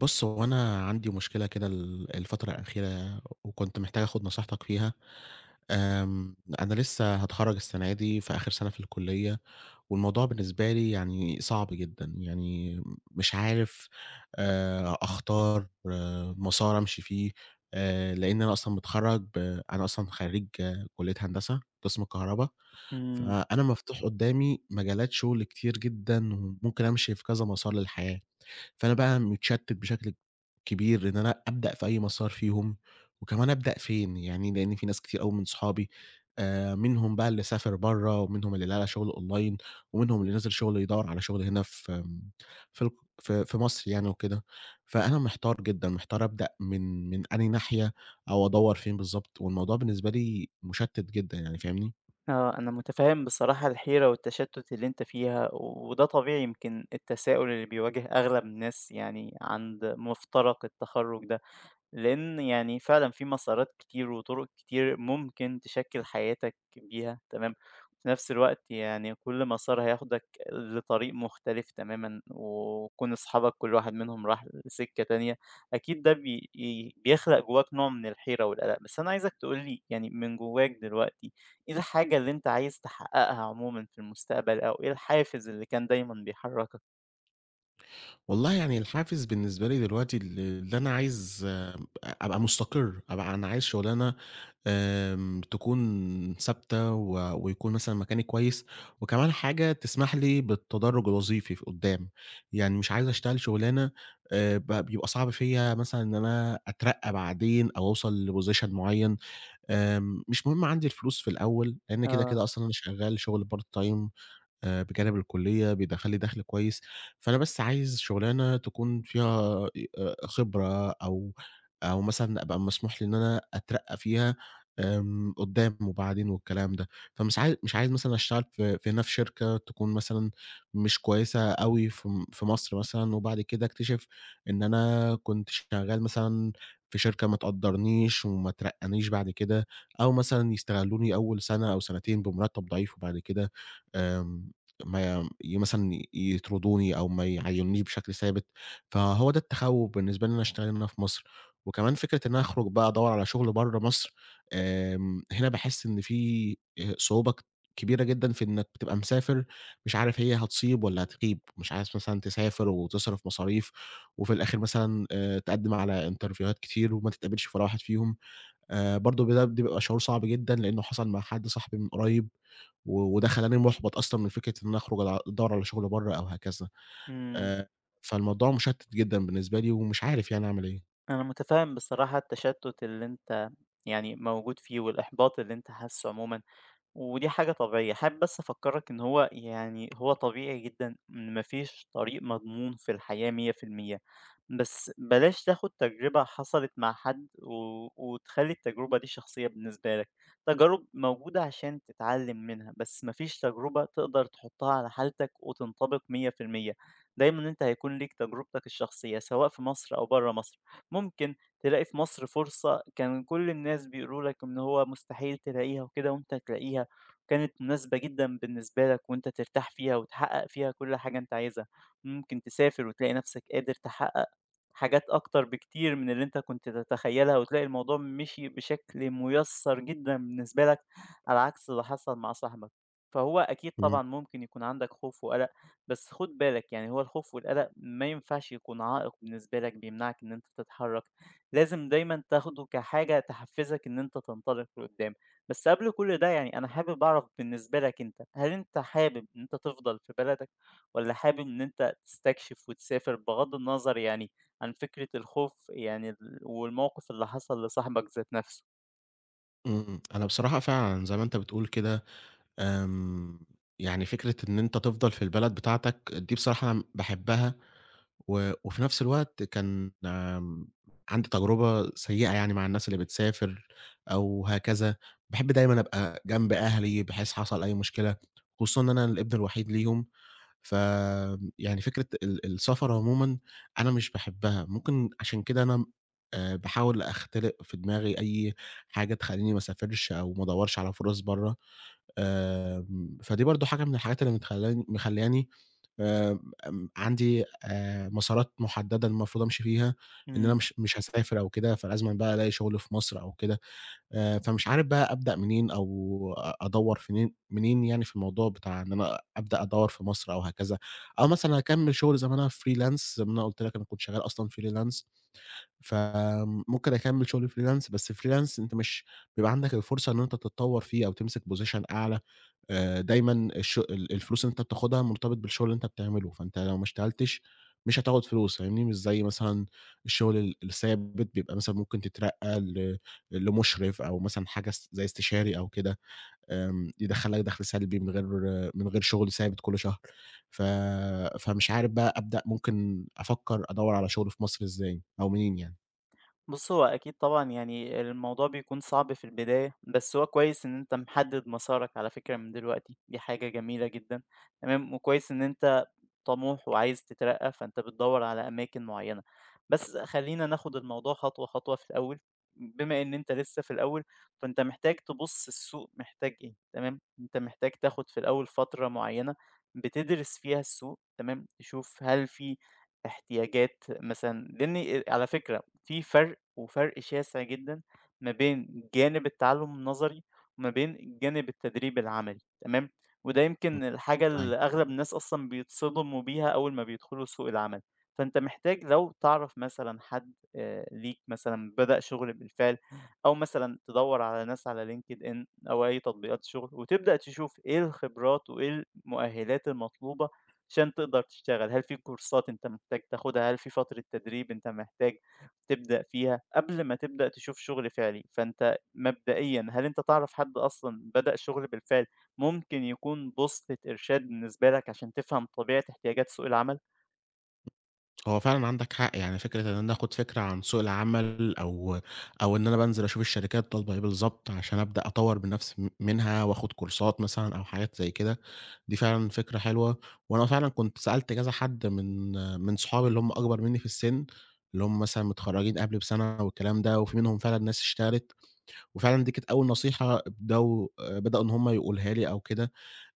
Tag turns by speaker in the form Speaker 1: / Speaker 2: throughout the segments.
Speaker 1: بُص، هو أنا عندي مشكلة كده الفترة الأخيرة وكنت محتاج آخُد نصيحتك فيها. أنا لسه هاتخرّج السنة دي في آخر سَنة في الكلية والموضوع بالنسبة لي يعني صعب جدًا، يعني مش عارف أختار مسار أمشي فيه. لإن أنا أصلًا متخرّج ب أنا أصلًا خرّيج كلية هندسة قسم الكهربا،
Speaker 2: إمم،
Speaker 1: فأنا مفتوح قُدّامي مجالات شُغل كتير جدًا وممكن أمشي في كذا مسار للحياة. فأنا بقى متشتت بشكل كبير إن أنا أبدأ في أي مسار فيهم، وكمان أبدأ فين، يعني لإن في ناس كتير أوي من صحابي، منهم بقى اللي سافر برّه، ومنهم اللي لقى شغل أونلاين، ومنهم اللي نازل شغل يدوّر على شغل هنا في آمم، في الق في في مصر يعني وكده. فأنا محتار جدًا، محتار أبدأ من أنهي ناحية أو أدوّر فين بالضبط، والموضوع بالنسبة لي مشتت جدًا يعني فاهمني؟
Speaker 2: آه، أنا متفهم بصراحة الحيرة والتشتت اللي أنت فيها، وده طبيعي يمكن التساؤل اللي بيواجه أغلب الناس يعني عند مفترق التخرُّج ده. لأن يعني فعلًا في مسارات كتير وطرق كتير ممكن تشكِّل حياتك بيها، تمام، وفي نفس الوقت يعني كل مسار هياخدك لطريق مختلف تمامًا، وكون أصحابك كل واحد منهم راح لسكة تانية، أكيد ده بي ي بيخلق جواك نوع من الحيرة والقلق. بس أنا عايزك تقول لي يعني من جواك دلوقتي، إيه الحاجة اللي أنت عايز تحققها عمومًا في المستقبل، أو إيه الحافز اللي كان دايمًا بيحركك؟
Speaker 1: والله يعني الحافز بالنسبة لي دلوقتي اللي أنا عايز، أبقى مستقر، أبقى أنا عايز شغلانة، تكون ثابتة ويكون مثلًا مكاني كويس، وكمان حاجة تسمح لي بالتدرّج الوظيفي في قدّام، يعني مش عايز أشتغل شغلانة ب بيبقى صعب فيّا مثلًا إن أنا أترقّى بعدين أو أوصل لposition معيّن. مش مهم عندي الفلوس في الأول، لإن كده،
Speaker 2: آه،
Speaker 1: كده أصلًا أنا شغّال شغل part time بجانب الكُلّية بيدخّل لي دَخْل كويس، فأنا بس عايز شُغلانة تكون فيها خبرة، أو مثلًا أبقى مسموح لي إن أنا أترقّى فيها قُدّام وبعدين والكلام ده. فمش عاي مش عايز مثلًا أشتغل في هنا في شركة تكون مثلًا مش كويسة أوي في مصر مثلًا، وبعد كده أكتشف إن أنا كنت شغّال مثلًا في شركة ما تقدّرنيش وما ترقّانيش بعد كده، أو مثلًا يستغلّوني أول سَنة أو سَنتين بمُرتّب ضعيف وبعد كده آمم ما ي مثلًا يطردوني أو ما يعينونيش بشكل ثابت. فهو ده التخوّف بالنسبة لي إن أنا أشتغل هنا في مصر، وكمان فكرة إن أنا أخرج بقى أدوّر على شغل برّه مصر. هنا باحس إن في صعوبة كبيرة جدًا في إنك بتبقى مسافر مش عارف هي هتصيب والّا هتغيب، مش عايز مثلًا تسافر وتصرف مصاريف، وفي الآخر مثلًا تقدّم على انترفيوهات كتير وما تتقبلش في ولا واحد فيهم. برضه ده بيبقى شعور صعب جدًا لإنه حصل مع حد صاحبي من قريب. وده خلّاني مُحبَط أصلًا من فكرة إن أنا أخرُج أدوّر على شُغل برّه أو هكذا.
Speaker 2: إمم.
Speaker 1: آآ فالموضوع مُشتِّت جدًا بالنسبة لي ومش عارف يعني أعمل إيه.
Speaker 2: أنا متفهم بصراحة التشتت اللي أنت يعني موجود فيه والإحباط اللي أنت حاسه عموما ودي حاجة طبيعية. حابب بس أفكّرك إن هو يعني هو طبيعي جدًا إن ما فيش طريق مضمون في الحياة 100%، بس بلاش تاخُد تجربة حصلت مع حد وتخلّي التجربة دي شخصية بالنسبة لك. تجارب موجودة عشان تتعلّم منها، بس ما فيش تجربة تقدر تحُطّها على حالتك وتنطبق 100%. دايمًا أنت هيكون ليك تجربتك الشخصية سواء في مصر أو برّه مصر. ممكن تلاقي في مصر فرصة كان كل الناس بيقولوا لك إن هو مستحيل تلاقيها وكده وأنت تلاقيها. كانت مناسبة جدًا بالنسبة لك وأنت ترتاح فيها وتحقق فيها كل حاجة أنت عايزها، ممكن تسافر وتلاقي نفسك قادر تحقق حاجات أكتر بكتير من اللي أنت كنت تتخيلها، وتلاقي الموضوع مشي بشكل مُيسّر جدًا بالنسبة لك، على عكس اللي حصل مع صاحبك. فهو أكيد
Speaker 1: إمم،
Speaker 2: طبعًا ممكن يكون عندك خوف وقلق، بس خُد بالك يعني هو الخوف والقلق ما ينفعش يكون عائق بالنسبة لك بيمنعك إن أنت تتحرك، لازم دايمًا تاخده كحاجة تحفزك إن أنت تنطلق لقدام. بس قبل كل ده يعني أنا حابب أعرف بالنسبة لك أنت، هل أنت حابب إن أنت تفضل في بلدك والّا حابب إن أنت تستكشف وتسافر بغض النظر يعني عن فكرة الخوف يعني ال والموقف اللي حصل لصاحبك ذات نفسه؟
Speaker 1: إمم. أنا بصراحة فعلًا زي ما أنت بتقول كده. آمم يعني فكرة إن أنت تفضل في البلد بتاعتك دي بصراحة أنا باحبّها، وفي نفس الوقت كان عندي تجربة سيئة يعني مع الناس اللي بتسافر أو هكذا. باحب دايمًا أبقى جنب أهلي بحيث حصل أي مشكلة، خصوصًا إن أنا الابن الوحيد ليهم. ف يعني فكرة السفر عمومًا أنا مش باحبها، ممكن عشان كده أنا باحاول أختلق في دماغي أي حاجة تخلّيني ما اسافرش أو ما ادوّرش على فرص برّه. فدي برضه حاجة من الحاجات اللي مخلّياني آآ م عندي مسارات مُحددة المفروض أمشي فيها، إن أنا
Speaker 2: إمم.
Speaker 1: مش هاسافر أو كده، فلازمًا بقى ألاقي شغل في مصر أو كده. فمش عارف بقى أبدأ منين أو أدوّر منين يعني في الموضوع بتاع إن أنا أبدأ أدوّر في مصر أو هكذا، أو مثلًا أكمّل شغل زي ما أنا freelance، زي ما أنا قُلت لك أنا كنت شغال أصلًا freelance، فممكن أكمّل شغل freelance. بس freelance أنت مش بيبقى عندك الفرصة إن أنت تتطوّر فيه أو تمسك position أعلى. دايمًا الش ال الفلوس اللي أنت بتاخدها مرتبط بالشغل اللي أنت بتعمله، فأنت لو ما اشتغلتش مش هتاخد فلوس فاهمني. مش زي مثلًا الشغل الثابت بيبقى مثلًا ممكن تترقى لمُشرف أو مثلًا حاجة زي استشاري أو كده، يدخّل لك دخل سلبي من غير شغل ثابت كل شهر. ف فمش عارف بقى أبدأ، ممكن أفكّر أدوّر على شغل في مصر إزاي أو منين يعني؟
Speaker 2: بُص، هو أكيد طبعًا يعني الموضوع بيكون صعب في البداية، بس هو كويس إن أنت محدد مسارك على فكرة من دلوقتي، دي حاجة جميلة جدًا، تمام، وكويس إن أنت طموح وعايز تترقّى، فأنت بتدوّر على أماكن معيّنة. بس خلّينا ناخد الموضوع خطوة، خطوة في الأول، بما إن أنت لسه في الأول، فأنت محتاج تبُص السوق محتاج إيه، تمام؟ أنت محتاج تاخد في الأول فترة معيّنة بتدرس فيها السوق، تمام؟ تشوف هل في احتياجات مثلًا لإن على فكرة في فرْق وفرْق شاسع جدًا ما بين جانب التعلُّم النظري وما بين جانب التدريب العملي، تمام؟ وده
Speaker 1: إمم،
Speaker 2: يمكن الحاجة
Speaker 1: تمام.
Speaker 2: اللي أغلب الناس أصلًا بيتصدموا بيها أول ما بيدخلوا سوق العمل، فأنت محتاج لو تعرف مثلًا حد ليك مثلًا بدأ شغل بالفعل، أو مثلًا تدوّر على ناس على LinkedIn أو أي تطبيقات شغل، وتبدأ تشوف إيه الخبرات وإيه المؤهلات المطلوبة عشان تقدر تشتغل، هل في كورسات أنت محتاج تاخدها، هل في فترة تدريب أنت محتاج تبدأ فيها، قبل ما تبدأ تشوف شغل فعلي، فأنت مبدئيًا هل أنت تعرف حد أصلًا بدأ شغل بالفعل ممكن يكون بوصلة إرشاد بالنسبة لك عشان تفهم طبيعة احتياجات سوق العمل؟
Speaker 1: هو فعلًا عندك حق، يعني فكرة إن أنا آخُد فكرة عن سوق العمل، أو إن أنا بانزل أشوف الشركات طالبة إيه بالضبط عشان أبدأ أطوّر من نَفْسي منها، وآخُد كورسات مثلًا أو حاجات زي كده، دي فعلًا فكرة حلوة. وأنا فعلًا كنت سألت كذا حد من صحابي اللي هم أكبر منّي في السِن، اللي هم مثلًا متخرّجين قبلي بسَنة والكلام ده، وفي منهم فعلًا ناس اشتغلت، وفعلًا دي كانت أول نصيحة ابدؤوا بدأوا إن هم يقولوها لي أو كده.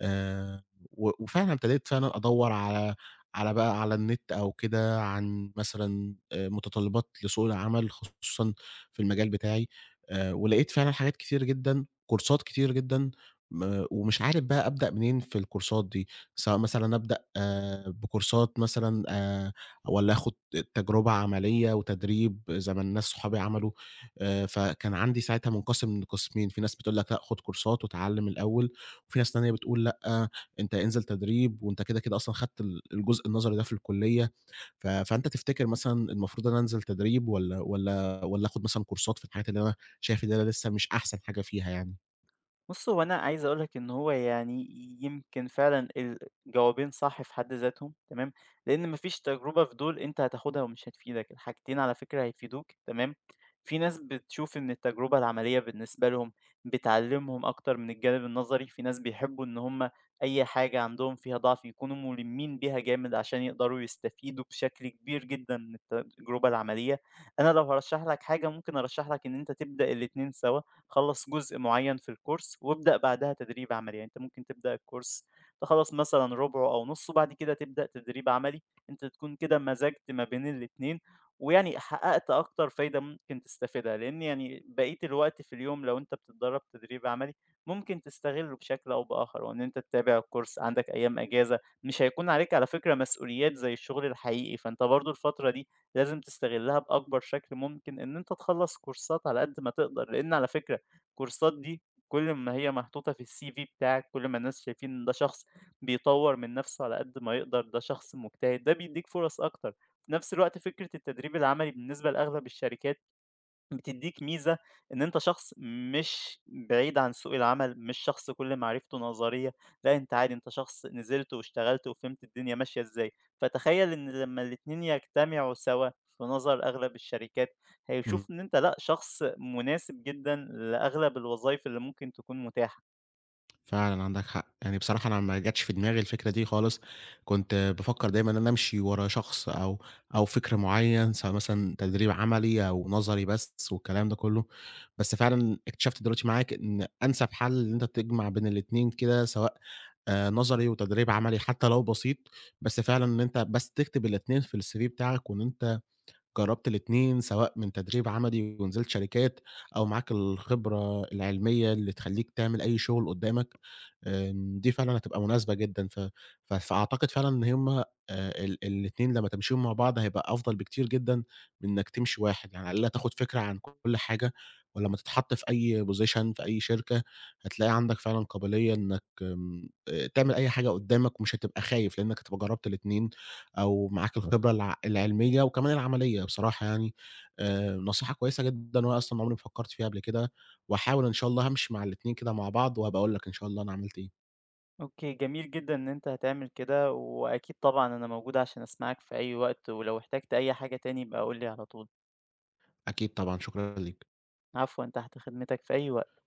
Speaker 1: آآ وفعلًا ابتديت فعلًا أدوّر على النت أو كده عن مثلًا متطلبات لسوق العمل خصوصًا في المجال بتاعي. ولقيت فعلًا حاجات كتير جدًا، كورسات كتير جدًا، ومش عارف بقى أبدأ منين في الكورسات دي، سواء مثلًا أبدأ، بكورسات مثلًا، والّا آخد تجربة عملية وتدريب زي ما الناس صحابي عملوا. فكان عندي ساعتها منقسم لقسمين، في ناس بتقول لك لأ خد كورسات واتعلم الأول، وفي ناس تانية بتقول لأ، أنت انزل تدريب وأنت كده أصلًا خدت الجزء النظري ده في الكلية. فأنت تفتكر مثلًا المفروض أنا أنزل تدريب، والّا آخد مثلًا كورسات في الحاجات اللي أنا شايف إن أنا لسه مش أحسن حاجة فيها يعني؟
Speaker 2: بُص، هو أنا عايز أقول لك إن هو يعني يمكن فعلًا الجوابين صح في حد ذاتهم، تمام، لإن ما فيش تجربة في دول أنت هتاخدها ومش هتفيدك، الحاجتين على فكرة هيفيدوك، تمام، في ناس بتشوف إن التجربة العملية بالنسبة لهم بتعلمهم أكتر من الجانب النظري، في ناس بيحبوا إن هم أي حاجة عندهم فيها ضعف يكونوا مُلمين بيها جامد عشان يقدروا يستفيدوا بشكل كبير جدًا من التجربة العملية، أنا لو هارشح لك حاجة ممكن أرشح لك إن أنت تبدأ الاتنين سوا. خلّص جزء معيّن في الcourse وابدأ بعدها تدريب عملي، يعني أنت ممكن تبدأ الcourse تخلّص مثلًا رُبعه أو نُصّه، بعد كده تبدأ تدريب عملي، أنت تكون كده مزجت ما بين الاتنين، ويعني حققت أكتر فايدة ممكن تستفيدها، لإن يعني بقية الوقت في اليوم لو أنت بتتدرّب تدريب عملي ممكن تستغلّه بشكل أو بآخر، وإن أنت تتابع الcourse، عندك أيام إجازة، مش هيكون عليك على فكرة مسؤوليات زي الشغل الحقيقي، فأنت برضه الفترة دي لازم تستغلّها بأكبر شكل ممكن إن أنت تخلّص كورسات على قد ما تقدر، لإن على فكرة الكورسات دي كل ما هي محطوطة في الCV بتاعك، كل ما الناس شايفين إن ده شخص بيطوّر من نفسه على قد ما يقدر، ده شخص مجتهد، ده بيدّيك فرص أكتر. في نفس الوقت فكرة التدريب العملي بالنسبة لأغلب الشركات بتدّيك ميزة إن أنت شخص مش بعيد عن سوق العمل، مش شخص كل معرفته نظرية، لأ أنت عادي أنت شخص نزلت واشتغلت وفهمت الدنيا ماشية إزاي، فتخيّل إن لمّا الاتنين يجتمعوا سوا في نظر أغلب الشركات،
Speaker 1: إمم،
Speaker 2: هيشوفوا إن أنت لأ شخص مناسب جدًا لأغلب الوظايف اللي ممكن تكون متاحة.
Speaker 1: فعلًا عندك حق. يعني بصراحة أنا ما جاتش في دماغي الفكرة دي خالص، كنت بافكر دايمًا إن أنا أمشي ورا شخص، أو فكر معين، سواء مثلًا تدريب عملي أو نظري بس والكلام ده كله. بس فعلًا اكتشفت دلوقتي معاك إن أنسب حل إن أنت تجمع بين الاتنين كده، سواء نظري وتدريب عملي حتى لو بسيط، بس فعلًا إن أنت بس تكتب الاتنين في الCV بتاعك وإن أنت جرّبت الاتنين، سواء من تدريب عملي ونزلت شركات، أو معاك الخبرة العلمية اللي تخلّيك تعمل أي شغل قدّامك. دي فعلًا هتبقى مناسبة جدًا، ف ف فأعتقد فعلًا إن هُم الاتنين لمّا تمشيهم مع بعض هيبقى أفضل بكتير جدًا من إنّك تمشي واحد، يعني على الأقل هتاخد فكرة عن كل حاجة، ولمّا تتحط في أي position في أي شركة، هتلاقي عندك فعلًا قابلية إنّك آمم، تعمل أي حاجة قدّامك ومش هتبقى خايف، لإنّك هتبقى جرّبت الاتنين، أو معاك الخبرة العلمية وكمان العملية بصراحة يعني. نصيحة كويسة جدًا وأنا أصلًا عمري ما فكّرت فيها قبل كده، وهاحاول إن شاء الله هامشي مع الاتنين كده مع بعض، وهابقى أقول لك إن شاء الله أنا عملت إيه.
Speaker 2: أوكي، جميل جدًا إن أنت هتعمل كده، وأكيد طبعًا أنا موجود عشان أسمعك في أي وقت، ولو احتجت أي حاجة تاني يبقى قُل لي على طول.
Speaker 1: أكيد طبعًا، شكرًا ليك.
Speaker 2: عفوًا، تحت خدمتك في أي وقت.